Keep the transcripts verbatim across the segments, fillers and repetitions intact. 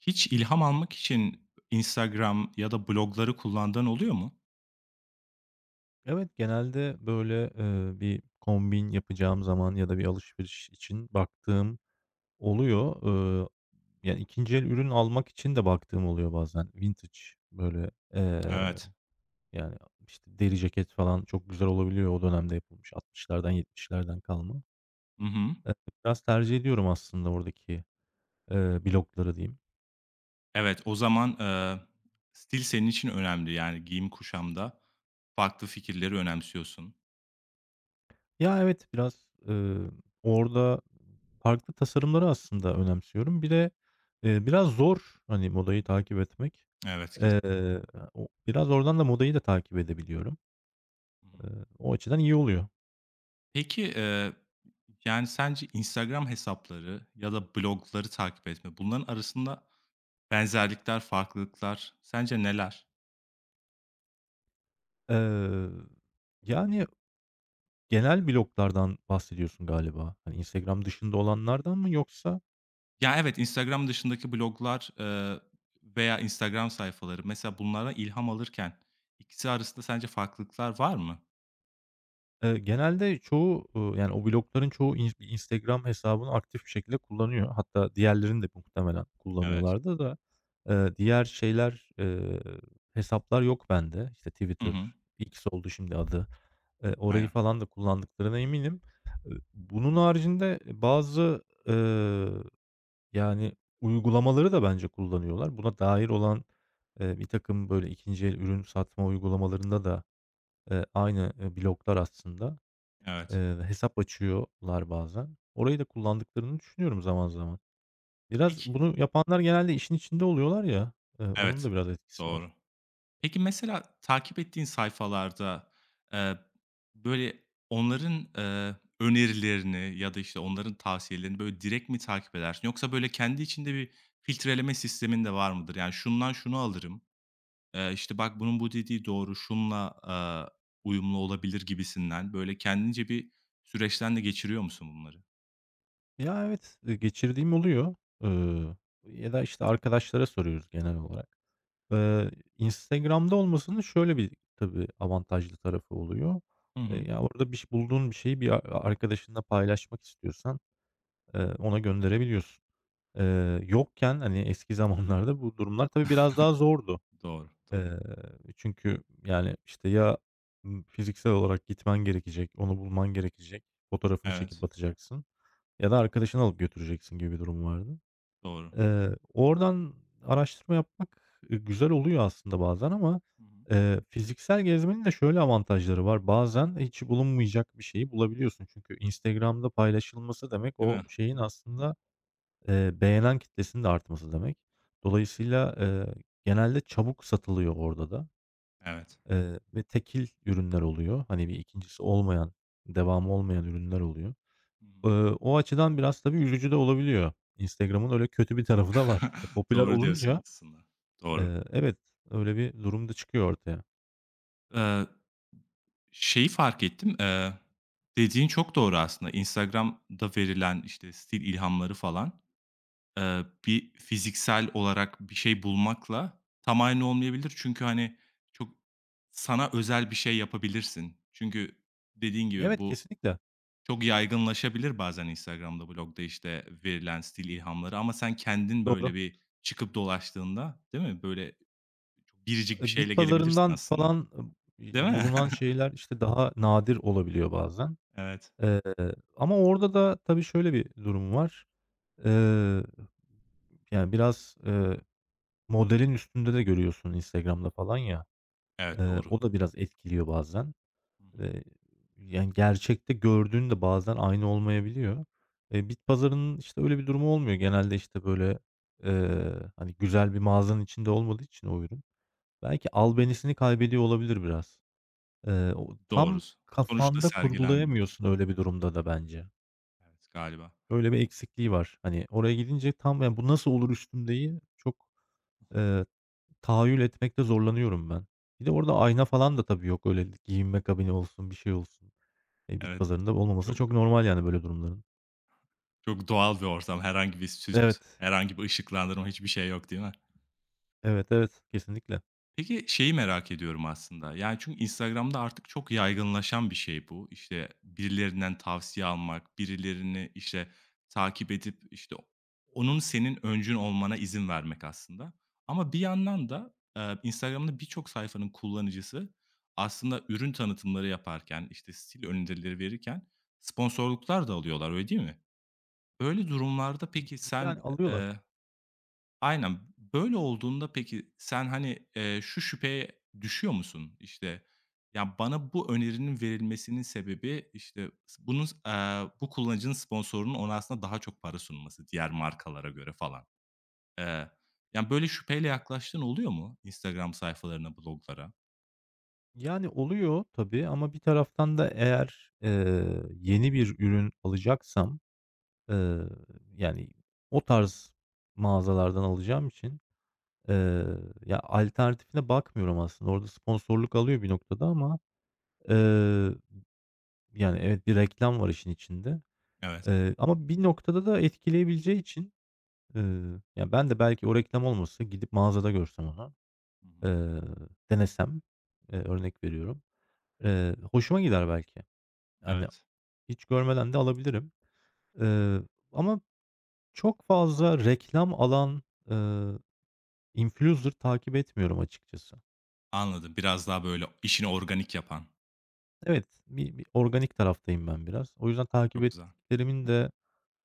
Hiç ilham almak için Instagram ya da blogları kullandığın oluyor mu? Evet, genelde böyle, eee, bir kombin yapacağım zaman ya da bir alışveriş için baktığım oluyor. Eee, ya, ikinci el ürün almak için de baktığım oluyor bazen. Vintage böyle, eee, Evet. yani, işte, deri ceket falan çok güzel olabiliyor o dönemde yapılmış altmışlardan yetmişlerden kalma. Hı hı. Eee, Biraz tercih ediyorum aslında oradaki, eee, blokları diyeyim. Evet, o zaman, eee, stil senin için önemli. Yani giyim kuşamda farklı fikirleri önemsiyorsun. Ya, evet, biraz, ııı, orada farklı tasarımları aslında önemsiyorum. Bir de, eee, biraz zor, hani, modayı takip etmek. Evet, kesinlikle. Eee, o biraz oradan da modayı da takip edebiliyorum. Hı Eee, hı. o açıdan iyi oluyor. Peki, eee, yani, sence Instagram hesapları ya da blogları takip etme, bunların arasında benzerlikler, farklılıklar sence neler? Eee, yani, genel bloglardan bahsediyorsun galiba. Hani, Instagram dışında olanlardan mı yoksa. Ya, evet, Instagram dışındaki bloglar, eee, veya Instagram sayfaları mesela bunlara ilham alırken ikisi arasında sence farklılıklar var mı? Eee, genelde çoğu, uuu, yani, o blogların çoğu ins bir Instagram hesabını aktif bir şekilde kullanıyor. Hatta diğerlerini de muhtemelen Evet. kullanıyorlardı da, eee, diğer şeyler, eee, hesaplar yok bende. İşte, Hı Twitter, hı. X oldu şimdi adı. Eee, orayı Aynen. falan da kullandıklarına eminim. Iıı, bunun haricinde bazı, ııı, yani, uygulamaları da bence kullanıyorlar. Buna dair olan, eee, birtakım, böyle, ikinci el ürün satma uygulamalarında da, eee, aynı, eee, bloglar aslında. Evet. Eee, hesap açıyorlar bazen. Orayı da kullandıklarını düşünüyorum zaman zaman. Biraz Peki bunu yapanlar genelde işin içinde oluyorlar ya, eee, onun da Evet, biraz etkisi var. doğru. Peki mesela takip ettiğin sayfalarda, eee, böyle onların, eee, önerilerini ya da, işte, onların tavsiyelerini böyle direkt mi takip edersin yoksa böyle kendi içinde bir filtreleme sistemin de var mıdır? Yani, şundan şunu alırım. Eee, işte, "Bak, bunun bu dediği doğru, şunla aaa, uyumlu olabilir." gibisinden, böyle, kendince bir süreçten de geçiriyor musun bunları? Ya, evet, eee, geçirdiğim oluyor. Iıı, Ya da, işte, arkadaşlara soruyoruz genel olarak. Eee, Instagram'da olmasının şöyle bir tabii avantajlı tarafı oluyor. Hı hı. Eee, ya, orada biş bulduğun bir şeyi bir a arkadaşınla paylaşmak istiyorsan, eee, ona gönderebiliyorsun. Eee, yokken, hani, eski zamanlarda bu durumlar tabii biraz daha zordu. Doğru, doğru. Eee, çünkü, yani, işte, ya, ımm, Fiziksel olarak gitmen gerekecek, onu bulman gerekecek, fotoğrafını çekip Evet, atacaksın ya da arkadaşını alıp götüreceksin gibi bir durum vardı. doğru. Eee, oradan araştırma yapmak, eee, güzel oluyor aslında bazen ama, Hı hı. eee, fiziksel gezmenin de şöyle avantajları var. Bazen hiç bulunmayacak bir şeyi bulabiliyorsun. Çünkü Instagram'da paylaşılması demek Değil o mi? şeyin aslında, eee, beğenen kitlesinin de artması demek. Dolayısıyla, eee, genelde çabuk satılıyor orada da. Evet. Eee, ve tekil ürünler oluyor. Hani, bir ikincisi olmayan, devamı olmayan ürünler oluyor. Hı hı. Iıı, o açıdan biraz tabii üzücü de olabiliyor. Instagram'ın öyle kötü bir tarafı da var. E, popüler Doğru diyorsun olunca, aslında. Doğru. eee, evet, öyle bir durum da çıkıyor ortaya. Eee, Şeyi fark ettim, eee, dediğin çok doğru aslında. Instagram'da verilen, işte, stil ilhamları falan. Eee, bir fiziksel olarak bir şey bulmakla tam aynı olmayabilir. Çünkü, hani, çok sana özel bir şey yapabilirsin. Çünkü dediğin gibi Evet, bu kesinlikle. çok yaygınlaşabilir bazen Instagram'da, blog'da, işte, verilen stil ilhamları ama sen kendin Doğru. böyle bir çıkıp dolaştığında, değil mi? Böyle çok biricik bir E, bit şeyle gelebilirsin pazarından aslında, falan b değil mi? bulunan şeyler, işte, daha nadir olabiliyor bazen. Evet. Eee, Ama orada da tabii şöyle bir durum var. Eee, yani, biraz, eee Modelin üstünde de görüyorsun Instagram'da falan ya. Evet, Eee, doğru. o da biraz etkiliyor bazen. Hı hı. Eee, Yani gerçekte gördüğün de bazen aynı olmayabiliyor. Eee, bit pazarının, işte, öyle bir durumu olmuyor. Genelde, işte, böyle, eee, hani, güzel bir mağazanın içinde olmadığı için o ürün belki albenisini kaybediyor olabilir biraz. Eee, o tam Doğrusu. Sonuçta kafanda sergilenmiyor. kurgulayamıyorsun öyle bir durumda da bence. Evet, galiba. Öyle bir eksikliği var. Hani, oraya gidince tam, yani, "Bu nasıl olur üstümde?"yi çok, tahayyül etmekte zorlanıyorum ben. Bir de orada ayna falan da tabii yok. Öyle giyinme kabini olsun, bir şey olsun. E, bit Evet. pazarında olmaması Çok çok normal yani böyle durumların. Çok doğal bir ortam, herhangi bir süs, Evet. herhangi bir ışıklandırma, hiçbir şey yok, değil mi? Evet, evet. Kesinlikle. Peki şeyi merak ediyorum aslında, yani, çünkü Instagram'da artık çok yaygınlaşan bir şey bu. İşte, birilerinden tavsiye almak, birilerini, işte, takip edip, işte, onun senin öncün olmana izin vermek aslında. Ama bir yandan da, eee, Instagram'da birçok sayfanın kullanıcısı aslında ürün tanıtımları yaparken, işte, stil önerileri verirken sponsorluklar da alıyorlar, öyle değil mi? Öyle durumlarda peki Yani sen. alıyorlar. Aynen. Böyle olduğunda peki sen, hani, eee, şu şüpheye düşüyor musun? İşte, ya, bana bu önerinin verilmesinin sebebi, işte, bunun s bu kullanıcının sponsorunun ona aslında daha çok para sunması diğer markalara göre falan. Eee, Yani, böyle şüpheyle yaklaştığın oluyor mu Instagram sayfalarına, bloglara? Yani oluyor tabii ama bir taraftan da eğer, eee, yeni bir ürün alacaksam, eee, yani o tarz mağazalardan alacağım için, eee, ya, alternatifine bakmıyorum aslında. Orada sponsorluk alıyor bir noktada ama, eee, yani evet bir reklam var işin içinde. Evet. Eee, ama bir noktada da etkileyebileceği için, eee, ya, ben de belki o reklam olmasa gidip mağazada görsem onu, Hı hı. eee, denesem, eee, örnek veriyorum, eee, hoşuma gider belki. Hani, Evet. hiç görmeden de alabilirim. Eee, Ama çok fazla reklam alan, eee, influencer takip etmiyorum açıkçası. Anladım. Biraz daha, böyle, işini organik yapan. Evet, bir bir organik taraftayım ben biraz. O yüzden takip Çok güzel. ettiklerimin de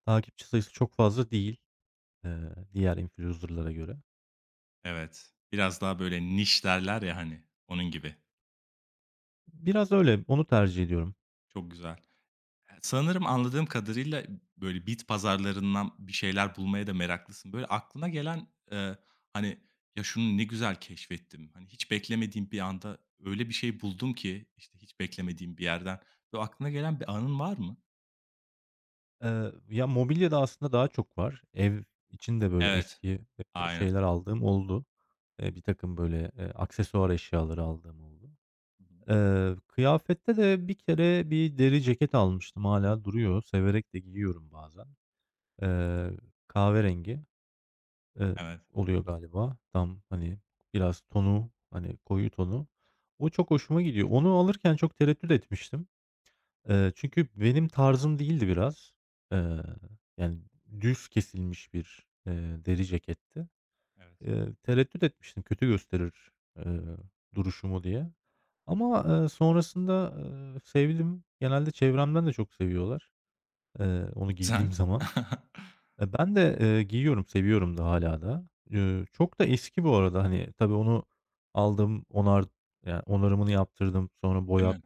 takipçi sayısı çok fazla değil, eee, diğer influencer'lara göre. Evet. Biraz daha, böyle, niş derler ya, hani, onun gibi. Biraz öyle, onu tercih ediyorum. Çok güzel. Sanırım anladığım kadarıyla, böyle, bit pazarlarından bir şeyler bulmaya da meraklısın. Böyle, aklına gelen, eee, hani, "Ya, şunu ne güzel keşfettim. Hani, hiç beklemediğim bir anda öyle bir şey buldum ki, işte, hiç beklemediğim bir yerden." Böyle, aklına gelen bir anın var mı? Eee, ya, mobilyada aslında daha çok var. Ev için de böyle Evet. eski, eee, Aynen. şeyler aldığım oldu. E, bir takım böyle, eee, aksesuar eşyaları aldığım oldu. Hı hı. Eee, kıyafette de bir kere bir deri ceket almıştım. Hala duruyor. Severek de giyiyorum bazen. Eee, Kahverengi, eee, Evet, oluyor galiba. Tam, hani, biraz tonu, hani, koyu tonu. O çok hoşuma gidiyor. Onu alırken çok tereddüt etmiştim. Eee, çünkü benim tarzım değildi biraz. Eee, Yani düz kesilmiş bir, eee, deri ceketti. evet. Eee, tereddüt etmiştim kötü gösterir, eee, duruşumu diye. Ama, eee, sonrasında, eee, sevdim. Genelde çevremden de çok seviyorlar, eee, onu giydiğim Güzel. zaman. E, ben de, eee, giyiyorum, seviyorum da hala da. Eee, çok da eski bu arada. Hani, tabii onu aldım, onar yani onarımını yaptırdım, sonra Değil boyat mi?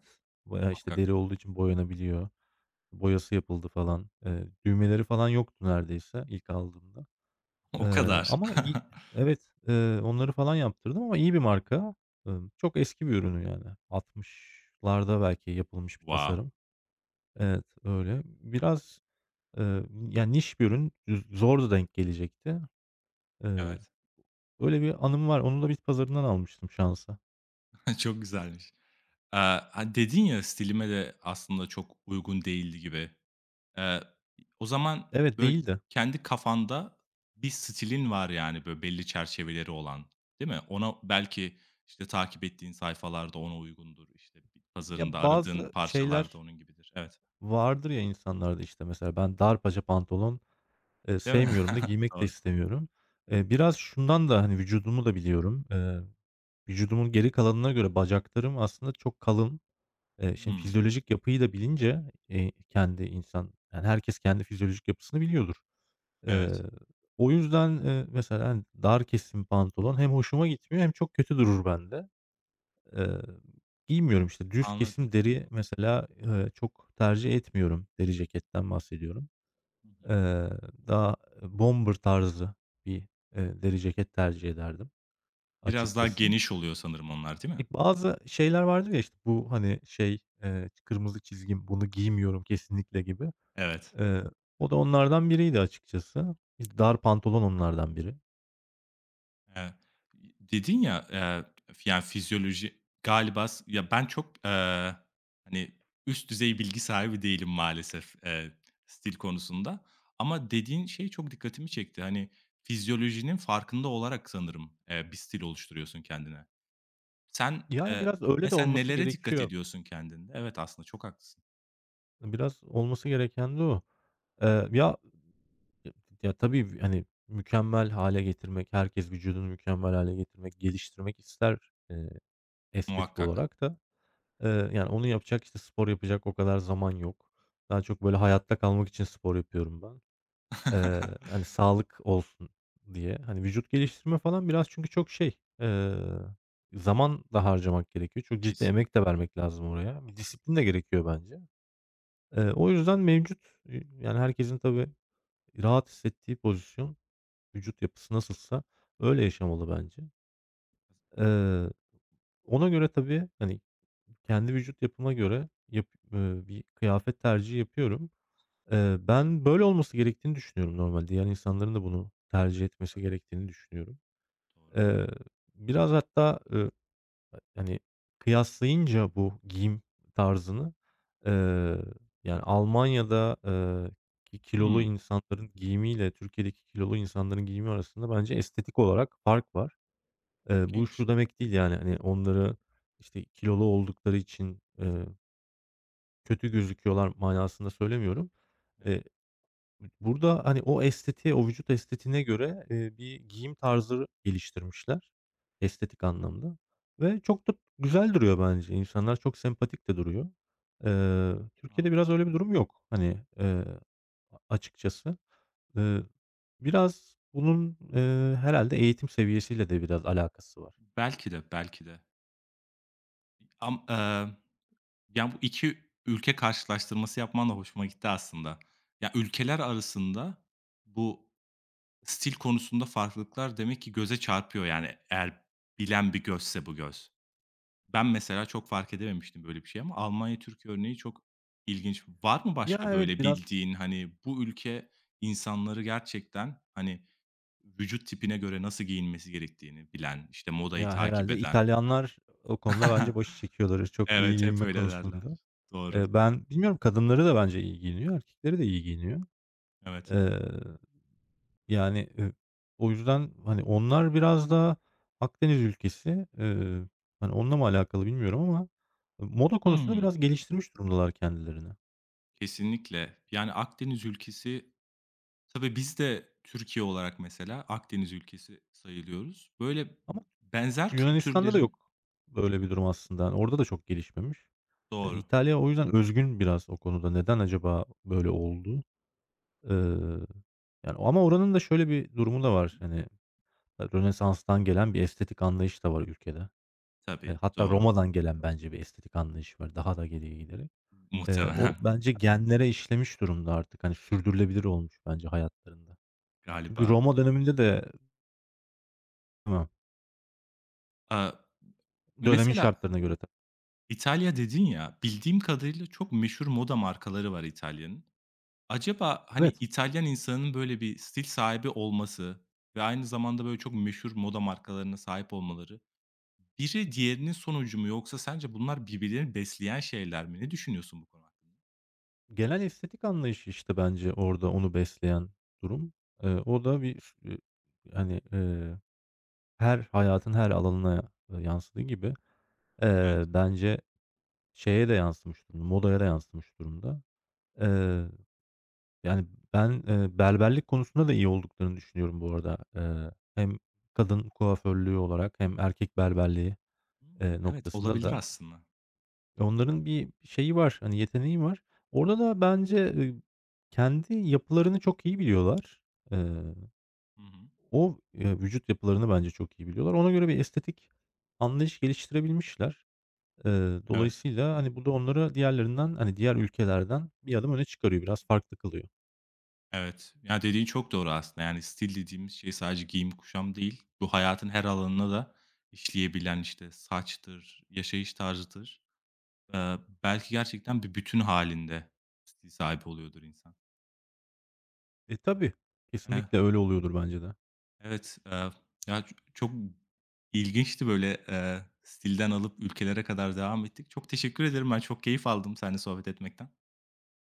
veya, işte, Muhakkak. deri olduğu için boyanabiliyor. Boyası yapıldı falan. Eee, düğmeleri falan yoktu neredeyse ilk aldığımda. O Eee, kadar. ama i Evet, eee, onları falan yaptırdım ama iyi bir marka. Imm, çok eski bir ürünü yani. altmışlarda belki yapılmış bir Wow! tasarım. Evet, öyle. Biraz, eee, yani niş bir ürün. Z zordu denk gelecekti. Eee, Evet. Öyle bir anım var. Onu da bit pazarından almıştım şansa. Çok güzelmiş. Eee, Hani, dedin ya, "Stilime de aslında çok uygun değildi." gibi. Eee, O zaman, Evet, böyle, değildi. kendi kafanda bir stilin var, yani, böyle, belli çerçeveleri olan, değil mi? Ona belki, işte, takip ettiğin sayfalarda ona uygundur, işte, bit pazarında Ya, aradığın bazı parçalar da şeyler onun gibidir. Evet, vardır ya insanlarda, işte, mesela ben darpaca pantolon. Eee, değil mi? Sevmiyorum da giymek de Doğru. istemiyorum. Eee, biraz şundan da, hani, vücudumu da biliyorum. Eee, vücudumun geri kalanına göre bacaklarım aslında çok kalın. Eee, şimdi Hımm, fizyolojik yapıyı da bilince, eee, kendi insan, yani, herkes kendi fizyolojik yapısını biliyordur. Eee, evet, o yüzden, eee, mesela, hani, dar kesim pantolon hem hoşuma gitmiyor hem çok kötü durur bende. Eee, Giymiyorum işte. Düz anladım. kesim deri mesela, eee, çok tercih etmiyorum. Deri ceketten bahsediyorum. Hı hı. Eee, Daha bomber tarzı bir, eee, deri ceket tercih ederdim Biraz daha açıkçası. geniş oluyor sanırım onlar, değil E, mi? bazı şeyler vardır ya, işte, bu, hani, şey, eee, kırmızı çizgim, bunu giymiyorum kesinlikle gibi. Evet. Eee, o da onlardan biriydi açıkçası. İşte, dar pantolon onlardan biri. Eee, Dedin ya, eee, f yani fizyoloji galiba, s ya ben çok, eee, hani, üst düzey bilgi sahibi değilim maalesef, eee, stil konusunda ama dediğin şey çok dikkatimi çekti. Hani, fizyolojinin farkında olarak sanırım, eee, bir stil oluşturuyorsun kendine. Sen, Yani, eee, biraz öyle de mesela olması nelere dikkat gerekiyor. ediyorsun kendinde? Evet, aslında çok haklısın. Biraz olması gereken de o. Eee, ya, ya, tabii, hani, mükemmel hale getirmek, herkes vücudunu mükemmel hale getirmek, geliştirmek ister, eee estetik Muhakkak. olarak da, eee, yani, onu yapacak, işte, spor yapacak o kadar zaman yok. Daha çok, böyle, hayatta kalmak için spor yapıyorum ben. Eee, hani, sağlık olsun diye. Hani, vücut geliştirme falan biraz çünkü çok şey, eee, zaman da harcamak gerekiyor. Çok ciddi emek de Kesinlikle. vermek lazım oraya. Bir disiplin de gerekiyor bence. Eee, o yüzden mevcut, eee, yani, herkesin tabii rahat hissettiği pozisyon, vücut yapısı nasılsa öyle yaşamalı bence. Eee, Ona göre tabii, hani, Kendi vücut yapıma göre yap eee, bir kıyafet tercihi yapıyorum. Eee, ben böyle olması gerektiğini düşünüyorum normalde. Yani, insanların da bunu tercih etmesi gerektiğini düşünüyorum. Doğru. Eee, Biraz hatta, ııı, hani, kıyaslayınca bu giyim tarzını, eee, yani, Almanya'da, eee, ki kilolu Hımm, insanların giyimiyle Türkiye'deki kilolu insanların giyimi arasında bence estetik olarak fark var. Eee, bu ilginç. şu demek değil, yani, hani, onları, işte, kilolu oldukları için, eee kötü gözüküyorlar manasında söylemiyorum. Evet, Eee, Burada, hani, o estetiğe, o vücut estetiğine göre, eee, bir giyim tarzı geliştirmişler estetik anlamda ve çok da güzel duruyor bence. İnsanlar çok sempatik de duruyor. Eee, Türkiye'de anladım. biraz öyle bir durum yok, hani, eee, a açıkçası. Eee, Biraz bunun, eee, herhâlde eğitim seviyesiyle de biraz alakası var. Belki de, belki de. Am eee Ya, bu iki ülke karşılaştırması yapman da hoşuma gitti aslında. Ya, ülkeler arasında bu stil konusunda farklılıklar demek ki göze çarpıyor, yani, eğer bilen bir gözse bu göz. Ben mesela çok fark edememiştim böyle bir şey ama Almanya-Türkiye örneği çok ilginç. Var mı Ya, başka evet, böyle biraz bildiğin, hani, bu ülke insanları gerçekten, hani, vücut tipine göre nasıl giyinmesi gerektiğini bilen, işte, modayı ya, takip herhalde eden. İtalyanlar o konuda bence başı çekiyorlar, çok iyi Evet, hep giyinme öyle derler. konusunda. Doğru, Eee, ben bilmiyorum kadınları da bence iyi giyiniyor, erkekleri de iyi giyiniyor. evet. Eee, yani, eee, o yüzden, hani, onlar biraz daha Akdeniz ülkesi, eee, hani, onunla mı alakalı bilmiyorum ama e, moda konusunda Hıı. biraz geliştirmiş durumdalar kendilerini. Kesinlikle. Yani Akdeniz ülkesi tabii biz de Türkiye olarak mesela Akdeniz ülkesi sayılıyoruz. Böyle Ama benzer Yunanistan'da da kültürlerin. yok böyle bir durum aslında. Hani, orada da çok gelişmemiş. Yani Doğru. İtalya o yüzden özgün biraz o konuda. Neden acaba böyle oldu? Eee, Yani, ama oranın da şöyle bir durumu da var, hani, Rönesans'tan gelen bir estetik anlayış da var ülkede. Eee, Tabii, Hatta doğru. Roma'dan gelen bence bir estetik anlayış var daha da geriye giderek. Eee, Muhtemelen o bence genlere işlemiş durumda artık, hani, sürdürülebilir olmuş bence hayatlarında. Çünkü galiba. Roma döneminde de. Hıı, Aaa, dönemin mesela şartlarına göre tabii. İtalya dedin ya, bildiğim kadarıyla çok meşhur moda markaları var İtalya'nın. Acaba, hani, Evet, İtalyan insanının böyle bir stil sahibi olması ve aynı zamanda böyle çok meşhur moda markalarına sahip olmaları. Biri diğerinin sonucu mu yoksa sence bunlar birbirlerini besleyen şeyler mi? Ne düşünüyorsun bu konu hakkında? genel estetik anlayışı, işte, bence orada onu besleyen durum. Eee, o da bir s eee, hani, eee, her hayatın her alanına, eee, yansıdığı gibi, Evet. eee, bence şeye de yansımış durumda, modaya da yansımış durumda. Eee Yani, ben, eee, berberlik konusunda da iyi olduklarını düşünüyorum bu arada. Eee, hem kadın kuaförlüğü olarak hem erkek berberliği, Hımm. eee, Evet, noktasında olabilir da. aslında. E, onların bir şeyi var, hani, yeteneği var. Orada da bence, ııı, kendi yapılarını çok iyi biliyorlar. Eee, Hı hı. o, eee, vücut yapılarını bence çok iyi biliyorlar. Ona göre bir estetik anlayış geliştirebilmişler. Eee, Evet, Dolayısıyla, hani, bu da onları diğerlerinden, hani, diğer ülkelerden bir adım öne çıkarıyor. Biraz farklı kılıyor. evet. Ya, dediğin çok doğru aslında. Yani stil dediğimiz şey sadece giyim kuşam değil, bu hayatın her alanına da işleyebilen, işte, saçtır, yaşayış tarzıdır. Eee, belki gerçekten bir bütün halinde stil sahibi oluyordur insan. E, tabii. Evet. Kesinlikle öyle oluyordur bence de. Evet, eee, ya, ç çok ilginçti, böyle, eee, stilden alıp ülkelere kadar devam ettik. Çok teşekkür ederim. Ben çok keyif aldım seninle sohbet etmekten.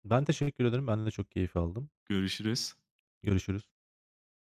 Ben teşekkür ederim. Ben de çok keyif aldım. Görüşürüz. Görüşürüz.